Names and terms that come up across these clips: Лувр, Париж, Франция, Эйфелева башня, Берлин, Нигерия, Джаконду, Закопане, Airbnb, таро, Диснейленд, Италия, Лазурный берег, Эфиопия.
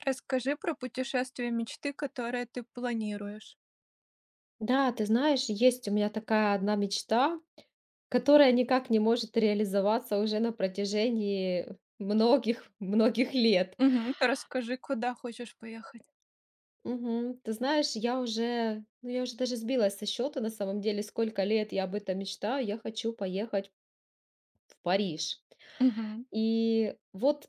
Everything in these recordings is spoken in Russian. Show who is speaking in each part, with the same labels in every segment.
Speaker 1: Расскажи про путешествие мечты, которое ты планируешь.
Speaker 2: Да, ты знаешь, есть у меня такая одна мечта, которая никак не может реализоваться уже на протяжении многих многих лет.
Speaker 1: Мгм. Расскажи, куда хочешь поехать.
Speaker 2: Мгм. Ты знаешь, я уже даже сбилась со счета на самом деле, сколько лет я об этом мечтаю. Я хочу поехать в Париж.
Speaker 1: Мгм.
Speaker 2: И вот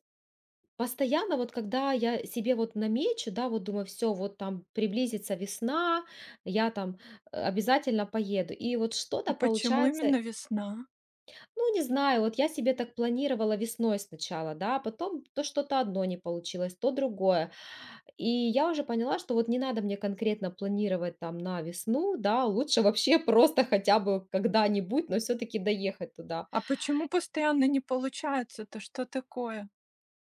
Speaker 2: постоянно, вот когда я себе вот намечу, да, вот думаю, все, вот там приблизится весна, я там обязательно поеду. И вот
Speaker 1: А
Speaker 2: что-то
Speaker 1: почему
Speaker 2: получается.
Speaker 1: именно весна?
Speaker 2: Ну, не знаю, вот я себе так планировала весной сначала, да, а потом то что-то одно не получилось, то другое. И я уже поняла, что вот не надо мне конкретно планировать там на весну, да, лучше вообще просто хотя бы когда-нибудь, но все-таки доехать туда.
Speaker 1: А почему постоянно не получается-то? Что такое?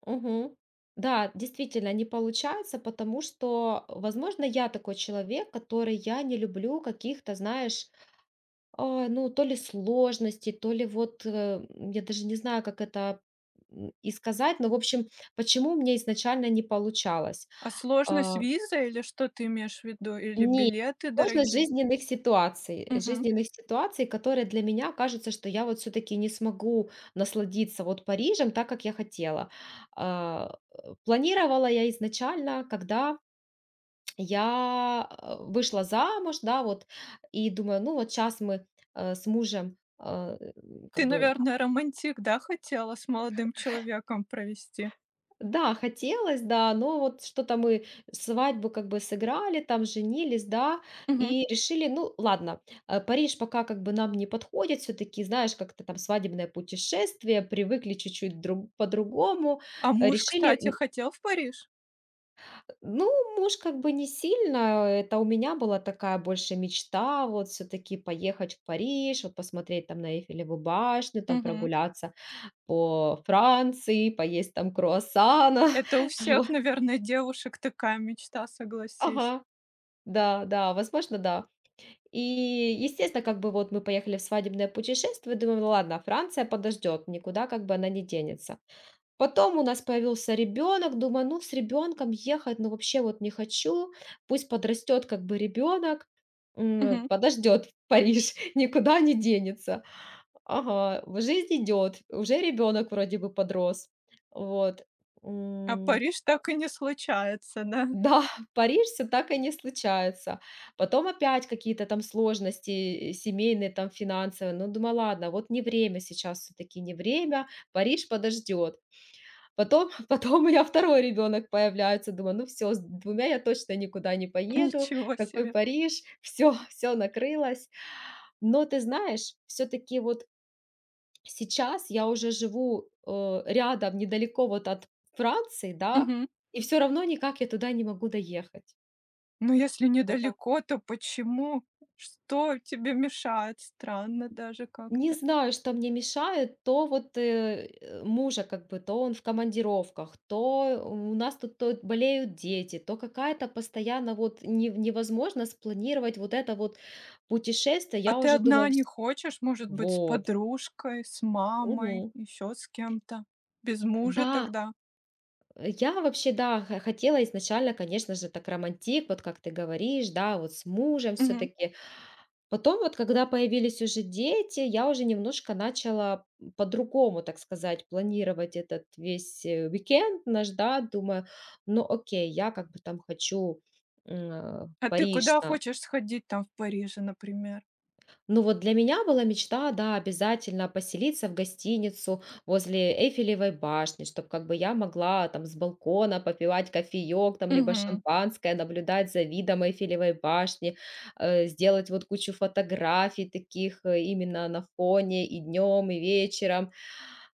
Speaker 2: Мгм. Да, действительно, не получается, потому что, возможно, я такой человек, который я не люблю каких-то, знаешь, А, ну, то ли сложности, то ли вот, я даже не знаю, как это, и сказать, но, в общем, почему мне изначально не получалось.
Speaker 1: А сложность
Speaker 2: А,
Speaker 1: виза или что ты имеешь в виду? Или
Speaker 2: не
Speaker 1: билеты
Speaker 2: сложность
Speaker 1: дорогие?
Speaker 2: жизненных ситуаций,
Speaker 1: Мгм.
Speaker 2: которые для меня кажутся, что я вот все таки не смогу насладиться вот Парижем так, как я хотела. Планировала я изначально, когда я, вышла замуж, да, вот, и думаю, ну, вот сейчас мы, с мужем, э,
Speaker 1: Ты,
Speaker 2: как бы.
Speaker 1: наверное, романтик, да, хотела с молодым человеком провести?
Speaker 2: Да, хотелось, да, но вот что-то мы свадьбу как бы сыграли, там женились, да,
Speaker 1: Мгм.
Speaker 2: и решили, ну ладно, Париж пока как бы нам не подходит, все-таки, знаешь, как-то там свадебное путешествие, привыкли чуть-чуть друг, по-другому,
Speaker 1: А муж,
Speaker 2: решили,
Speaker 1: кстати, хотел в Париж?
Speaker 2: ну, муж как бы не сильно, это у меня была такая больше мечта, вот все-таки поехать в Париж, вот посмотреть там на Эйфелеву башню, там
Speaker 1: Мгм.
Speaker 2: прогуляться по Франции, поесть там круассана,
Speaker 1: Это у всех,
Speaker 2: вот,
Speaker 1: наверное, девушек такая мечта, согласись.
Speaker 2: ага. Да, да, возможно, да. И, естественно, как бы вот мы поехали в свадебное путешествие, думаем, ну ладно, Франция подождет, никуда как бы она не денется. Потом у нас появился ребенок, думаю, ну с ребенком ехать, ну вообще вот не хочу, пусть подрастет как бы ребенок,
Speaker 1: Мгм.
Speaker 2: подождет Париж, никуда не денется. Ага, жизнь идет, уже ребенок вроде бы подрос. Вот.
Speaker 1: А
Speaker 2: М,
Speaker 1: Париж так и не случается, да?
Speaker 2: да, в Париж все так и не случается. Потом опять какие-то там сложности, семейные, там финансовые. Ну, думаю, ладно, вот не время сейчас все таки не время, Париж подождет. Потом потом у меня второй ребенок появляется. Думаю, ну все, с 2 я точно никуда не поеду,
Speaker 1: Ничего
Speaker 2: какой
Speaker 1: себе.
Speaker 2: Париж, все, все накрылось. Но ты знаешь, все таки вот сейчас я уже живу, рядом, недалеко вот от Франции, да,
Speaker 1: Мгм.
Speaker 2: и все равно никак я туда не могу доехать.
Speaker 1: Ну, если
Speaker 2: Вот так.
Speaker 1: недалеко, то почему? Что тебе мешает? Странно даже
Speaker 2: Не
Speaker 1: как-то.
Speaker 2: знаю, что мне мешает, то вот мужа как бы, то он в командировках, то у нас тут то болеют дети, то какая-то постоянно вот невозможно спланировать вот это вот путешествие.
Speaker 1: А
Speaker 2: Я
Speaker 1: ты
Speaker 2: уже думаю,
Speaker 1: одна не хочешь, может быть, с
Speaker 2: вот.
Speaker 1: подружкой, с мамой,
Speaker 2: Мгм.
Speaker 1: еще с кем-то? Без мужа
Speaker 2: Да,
Speaker 1: тогда?
Speaker 2: я вообще, да, хотела изначально, конечно же, так романтик, вот как ты говоришь, да, вот с мужем
Speaker 1: Мгм.
Speaker 2: все-таки. Потом вот, когда появились уже дети, я уже немножко начала по-другому, так сказать, планировать этот весь уикенд наш, да, думаю, ну окей, я как бы там хочу в
Speaker 1: А ты
Speaker 2: Париж
Speaker 1: куда
Speaker 2: на.
Speaker 1: хочешь сходить там в Париже, например?
Speaker 2: Ну вот для меня была мечта, да, обязательно поселиться в гостиницу возле Эйфелевой башни, чтобы как бы я могла там с балкона попивать кофеек, там, либо
Speaker 1: Мгм.
Speaker 2: шампанское, наблюдать за видом Эйфелевой башни, сделать вот кучу фотографий таких именно на фоне и днем, и вечером.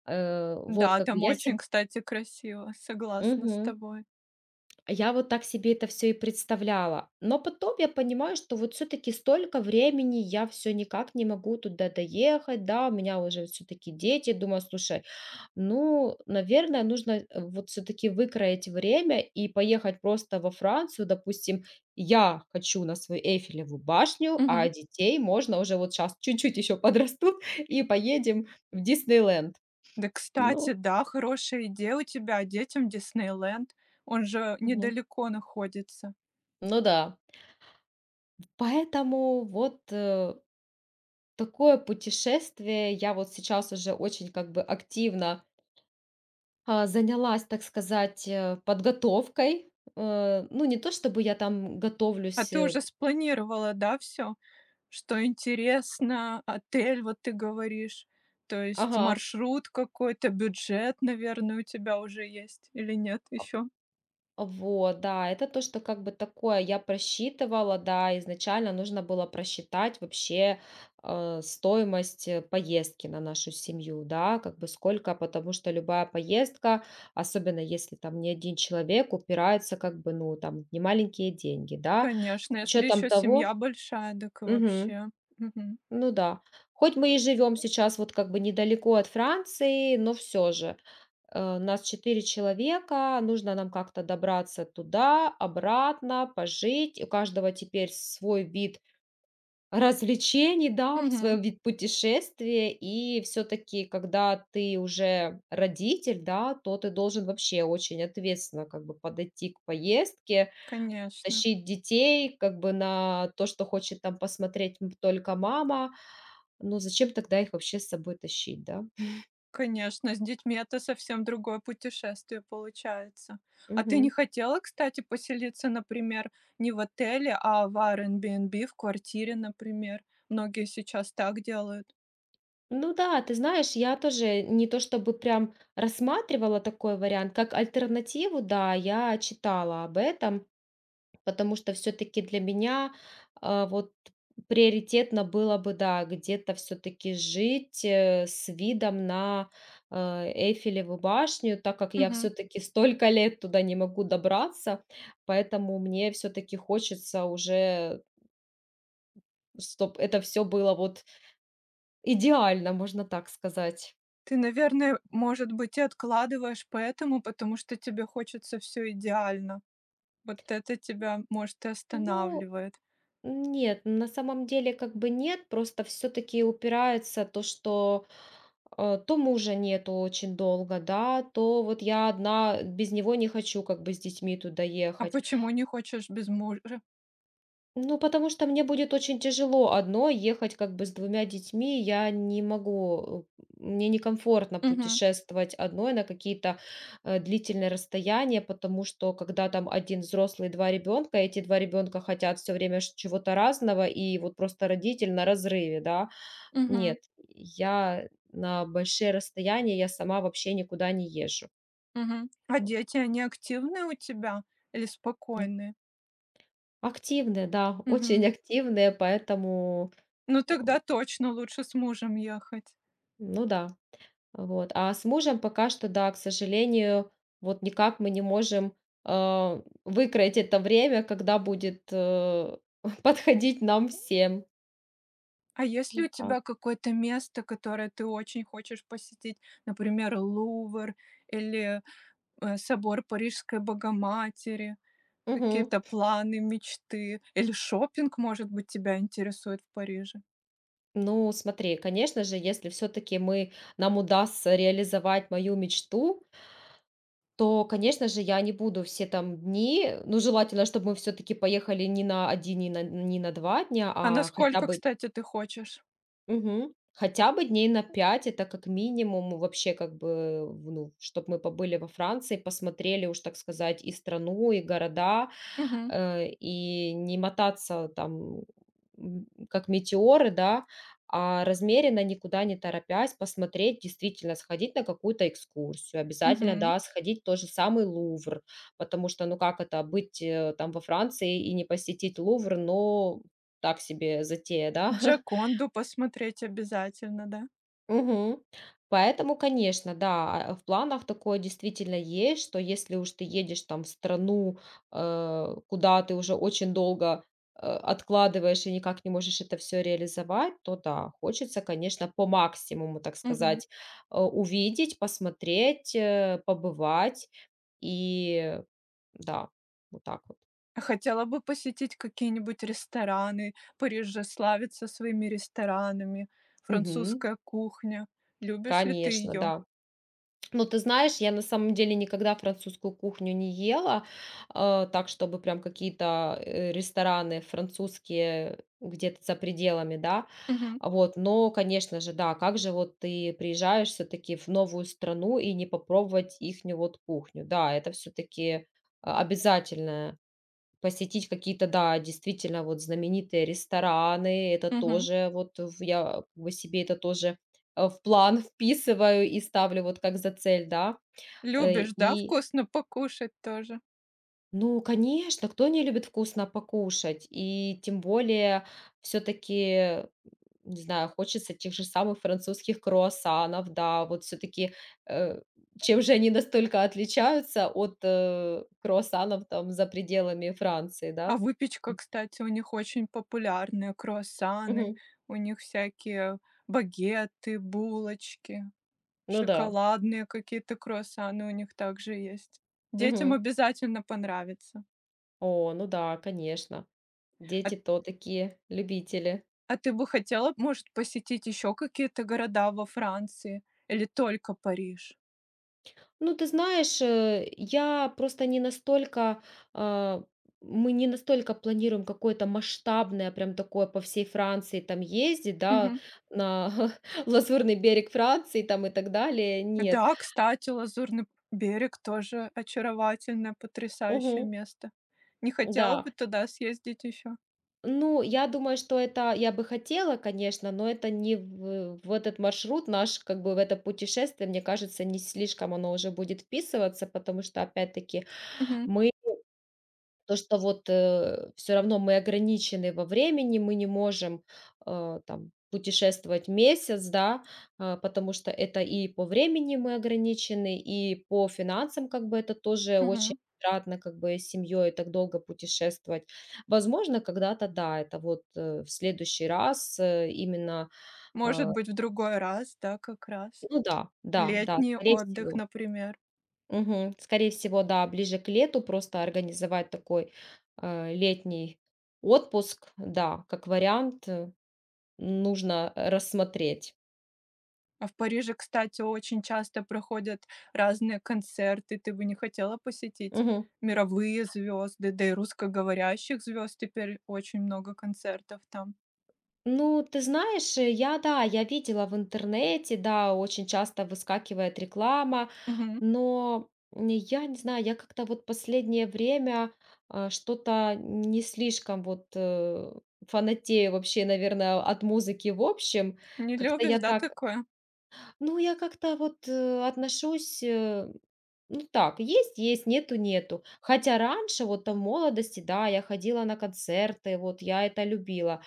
Speaker 2: Вот
Speaker 1: Да,
Speaker 2: как бы
Speaker 1: там
Speaker 2: я
Speaker 1: очень,
Speaker 2: себе.
Speaker 1: кстати, красиво, согласна с тобой.
Speaker 2: Я вот так себе это все и представляла. Но потом я понимаю, что вот все таки столько времени я все никак не могу туда доехать, да, у меня уже все таки дети. Думаю, слушай, ну, наверное, нужно, вот все таки выкроить время и поехать просто во Францию. Допустим, я хочу на свою Эйфелеву башню, а
Speaker 1: Мгм.
Speaker 2: детей можно уже вот сейчас чуть-чуть еще подрастут и поедем в Диснейленд.
Speaker 1: Да, кстати,
Speaker 2: Ну,
Speaker 1: да, хорошая идея у тебя. Детям Диснейленд. Он же
Speaker 2: мгм,
Speaker 1: недалеко находится.
Speaker 2: ну да. Поэтому вот, такое путешествие. Я вот сейчас уже очень как бы активно, занялась, так сказать, подготовкой. Ну, не то чтобы я там
Speaker 1: А
Speaker 2: готовлюсь.
Speaker 1: ты уже спланировала, да, все, что интересно, отель, вот ты говоришь. То есть
Speaker 2: Ага.
Speaker 1: маршрут какой-то, бюджет, наверное, у тебя уже есть или нет еще?
Speaker 2: Вот, да, это то, что как бы такое я просчитывала, да, изначально нужно было просчитать вообще стоимость поездки на нашу семью, да, как бы сколько, потому что любая поездка, особенно если там не один человек, упирается как бы, ну, там, в немаленькие деньги, да,
Speaker 1: Конечно,
Speaker 2: с
Speaker 1: если
Speaker 2: учетом
Speaker 1: еще семья
Speaker 2: того.
Speaker 1: большая, дак и
Speaker 2: Мгм.
Speaker 1: вообще. Мгм.
Speaker 2: Ну да. Хоть мы и живем сейчас вот как бы недалеко от Франции, но все же. Нас четыре человека, нужно нам как-то добраться туда, обратно, пожить. У каждого теперь свой вид развлечений, да,
Speaker 1: Мгм.
Speaker 2: свой вид путешествия. И все-таки, когда ты уже родитель, да, то ты должен вообще очень ответственно как бы подойти к поездке,
Speaker 1: Конечно.
Speaker 2: тащить детей как бы на то, что хочет там посмотреть только мама, но зачем тогда их вообще с собой тащить, да?
Speaker 1: Конечно, с детьми это совсем другое путешествие получается. А ты не
Speaker 2: Мгм.
Speaker 1: хотела, кстати, поселиться, например, не в отеле, а в Airbnb, в квартире, например? Многие сейчас так делают.
Speaker 2: Ну да, ты знаешь, я тоже не то чтобы прям рассматривала такой вариант, как альтернативу, да, я читала об этом, потому что все-таки для меня вот приоритетно было бы, да, где-то все-таки жить с видом на э, Эйфелеву башню, так как я
Speaker 1: Мгм.
Speaker 2: все-таки столько лет туда не могу добраться, поэтому мне все-таки хочется уже, чтоб это все было вот идеально, можно так сказать.
Speaker 1: Ты, наверное, может быть, и откладываешь поэтому, потому что тебе хочется все идеально. Вот это тебя, может, и
Speaker 2: Ну,
Speaker 1: останавливает.
Speaker 2: нет, на самом деле как бы нет, просто все таки упирается то, что, то мужа нету очень долго, да, то вот я одна без него не хочу как бы с детьми туда
Speaker 1: А
Speaker 2: ехать.
Speaker 1: почему не хочешь без мужа?
Speaker 2: Ну, потому что мне будет очень тяжело одной ехать как бы с двумя детьми. Я не могу, мне некомфортно
Speaker 1: Мгм.
Speaker 2: путешествовать одной на какие-то длительные расстояния, потому что когда там один взрослый, два ребенка, эти два ребенка хотят все время чего-то разного, и вот просто родитель на разрыве, да.
Speaker 1: Мгм.
Speaker 2: Нет, я на большие расстояния, я сама вообще никуда не езжу.
Speaker 1: Мгм. А дети, они активные у тебя или
Speaker 2: Ну,
Speaker 1: спокойные?
Speaker 2: активные, да,
Speaker 1: Мгм.
Speaker 2: очень активные, поэтому,
Speaker 1: Ну
Speaker 2: э,
Speaker 1: тогда точно лучше с мужем ехать.
Speaker 2: ну да. Вот. А с мужем пока что, да, к сожалению, вот никак мы не можем выкроить это время, когда будет подходить нам всем.
Speaker 1: А если
Speaker 2: Вот
Speaker 1: у
Speaker 2: так.
Speaker 1: тебя какое-то место, которое ты очень хочешь посетить? Например, Лувр или, собор Парижской Богоматери?
Speaker 2: Мгм.
Speaker 1: Какие-то планы, мечты? Или шопинг, может быть, тебя интересует в Париже?
Speaker 2: Ну, смотри, конечно же, если все-таки мы, нам удастся реализовать мою мечту, то, конечно же, я не буду все там дни, ну, желательно, чтобы мы все-таки поехали не на один, не на два дня,
Speaker 1: А
Speaker 2: а хотя
Speaker 1: насколько,
Speaker 2: бы.
Speaker 1: кстати, ты хочешь?
Speaker 2: Мгм. Хотя бы дней на 5 — это как минимум вообще, как бы, ну, чтобы мы побыли во Франции, посмотрели уж, так сказать, и страну, и города,
Speaker 1: Мгм,
Speaker 2: и не мотаться там, как метеоры, да, а размеренно, никуда не торопясь, посмотреть, действительно сходить на какую-то экскурсию. Обязательно,
Speaker 1: мгм.
Speaker 2: да, сходить в тот же самый Лувр, потому что, ну, как это быть, там во Франции и не посетить Лувр, но так себе затея, да?
Speaker 1: Джаконду посмотреть обязательно, да?
Speaker 2: Мгм. Поэтому, конечно, да, в планах такое действительно есть, что если уж ты едешь там в страну, куда ты уже очень долго, откладываешь и никак не можешь это все реализовать, то да, хочется, конечно, по максимуму, так
Speaker 1: Мгм.
Speaker 2: сказать, увидеть, посмотреть, побывать. И да, вот так вот.
Speaker 1: Хотела бы посетить какие-нибудь рестораны. Париж же славится своими ресторанами.
Speaker 2: Мгм.
Speaker 1: Французская кухня. Любишь ли ты
Speaker 2: Конечно,
Speaker 1: ее?
Speaker 2: да. Ну, ты знаешь, я на самом деле никогда французскую кухню не ела, так, чтобы прям какие-то рестораны французские где-то за пределами, да.
Speaker 1: Мгм,
Speaker 2: А вот, но, конечно же, да, как же вот ты приезжаешь все-таки в новую страну и не попробовать ихнюю вот кухню, да, это все-таки обязательное. Посетить какие-то, да, действительно вот знаменитые рестораны. Это
Speaker 1: мгм.
Speaker 2: тоже вот в я как бы себе это тоже, в план вписываю и ставлю вот как за цель, да. Э,
Speaker 1: Любишь, да,
Speaker 2: и,
Speaker 1: вкусно покушать тоже?
Speaker 2: ну, конечно, кто не любит вкусно покушать? И тем более все таки не знаю, хочется тех же самых французских круассанов, да. Вот все таки чем же они настолько отличаются от, круассанов там за пределами Франции,
Speaker 1: А
Speaker 2: да?
Speaker 1: выпечка, кстати, у них очень популярная. Круассаны,
Speaker 2: Мгм.
Speaker 1: у них всякие багеты, булочки,
Speaker 2: Ну да.
Speaker 1: шоколадные какие-то круассаны у них также есть. Детям
Speaker 2: Мгм.
Speaker 1: обязательно понравится.
Speaker 2: О, ну да, конечно.
Speaker 1: А
Speaker 2: Дети то такие любители.
Speaker 1: А ты бы хотела, может, посетить еще какие-то города во Франции или только Париж?
Speaker 2: Ну, ты знаешь, я просто не настолько, а, мы не настолько планируем какое-то масштабное, прям такое по всей Франции там ездить, да,
Speaker 1: Мгм.
Speaker 2: на Лазурный берег Франции там и так далее. Нет.
Speaker 1: Да, кстати, Лазурный берег тоже очаровательное, потрясающее
Speaker 2: Мгм.
Speaker 1: место. Не хотела
Speaker 2: Да.
Speaker 1: бы туда съездить еще?
Speaker 2: Ну, я думаю, что это я бы хотела, конечно, но это не в этот маршрут наш, как бы в это путешествие, мне кажется, не слишком оно уже будет вписываться, потому что опять-таки
Speaker 1: Мгм.
Speaker 2: мы то, что вот, все равно мы ограничены во времени, мы не можем, там путешествовать месяц, да, потому что это и по времени мы ограничены, и по финансам, как бы это тоже очень
Speaker 1: Мгм.
Speaker 2: затратно, как бы с семьей так долго путешествовать. Возможно, когда-то, да, это вот, в следующий раз, именно,
Speaker 1: Может
Speaker 2: а,
Speaker 1: быть, в другой раз, да, как раз.
Speaker 2: ну да, да, да,
Speaker 1: Летний
Speaker 2: скорее
Speaker 1: отдых,
Speaker 2: всего.
Speaker 1: например.
Speaker 2: Мгм. Скорее всего, да, ближе к лету просто организовать такой, летний отпуск. Да, как вариант, нужно рассмотреть.
Speaker 1: А в Париже, кстати, очень часто проходят разные концерты. Ты бы не хотела посетить
Speaker 2: Мгм.
Speaker 1: мировые звезды, да и русскоговорящих звезд теперь очень много концертов там.
Speaker 2: Ну, ты знаешь, я, да, я видела в интернете, да, очень часто выскакивает реклама,
Speaker 1: Мгм.
Speaker 2: но н я не знаю, я как-то вот последнее время, что-то не слишком вот, фанатею вообще, наверное, от музыки в общем.
Speaker 1: Не
Speaker 2: Как-то
Speaker 1: любишь,
Speaker 2: я
Speaker 1: да,
Speaker 2: так.
Speaker 1: такое?
Speaker 2: Ну, я как-то вот отношусь, ну так, есть, есть, нету, нету. Хотя раньше, вот там в молодости, да, я ходила на концерты, вот я это любила.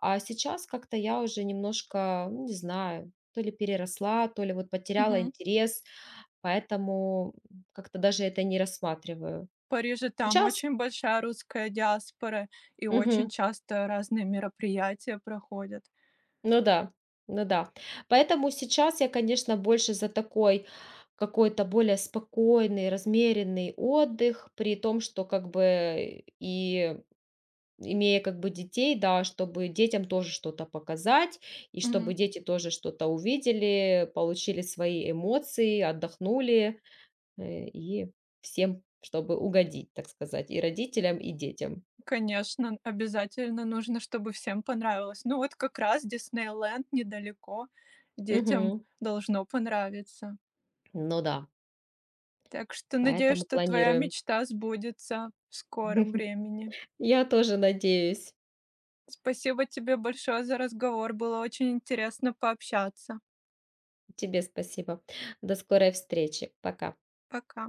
Speaker 2: А сейчас как-то я уже немножко, ну, не знаю, то ли переросла, то ли вот потеряла
Speaker 1: Мгм.
Speaker 2: интерес, поэтому как-то даже это не рассматриваю.
Speaker 1: В Париже там
Speaker 2: Сейчас?
Speaker 1: очень большая русская диаспора, и очень часто разные мероприятия проходят.
Speaker 2: Ну да, ну да. Поэтому сейчас я, конечно, больше за такой какой-то более спокойный, размеренный отдых, при том, что как бы и имея как бы детей, да, чтобы детям тоже что-то показать, и чтобы
Speaker 1: Мгм.
Speaker 2: дети тоже что-то увидели, получили свои эмоции, отдохнули, и всем, чтобы угодить, так сказать, и родителям, и детям.
Speaker 1: Конечно, обязательно нужно, чтобы всем понравилось. Ну вот как раз Диснейленд недалеко, детям
Speaker 2: Мгм.
Speaker 1: должно понравиться.
Speaker 2: Ну да,
Speaker 1: Так что надеюсь,
Speaker 2: поэтому
Speaker 1: что твоя
Speaker 2: планируем.
Speaker 1: мечта сбудется в скором времени.
Speaker 2: Я тоже надеюсь.
Speaker 1: Спасибо тебе большое за разговор, было очень интересно пообщаться.
Speaker 2: Тебе спасибо. До скорой встречи. Пока.
Speaker 1: Пока.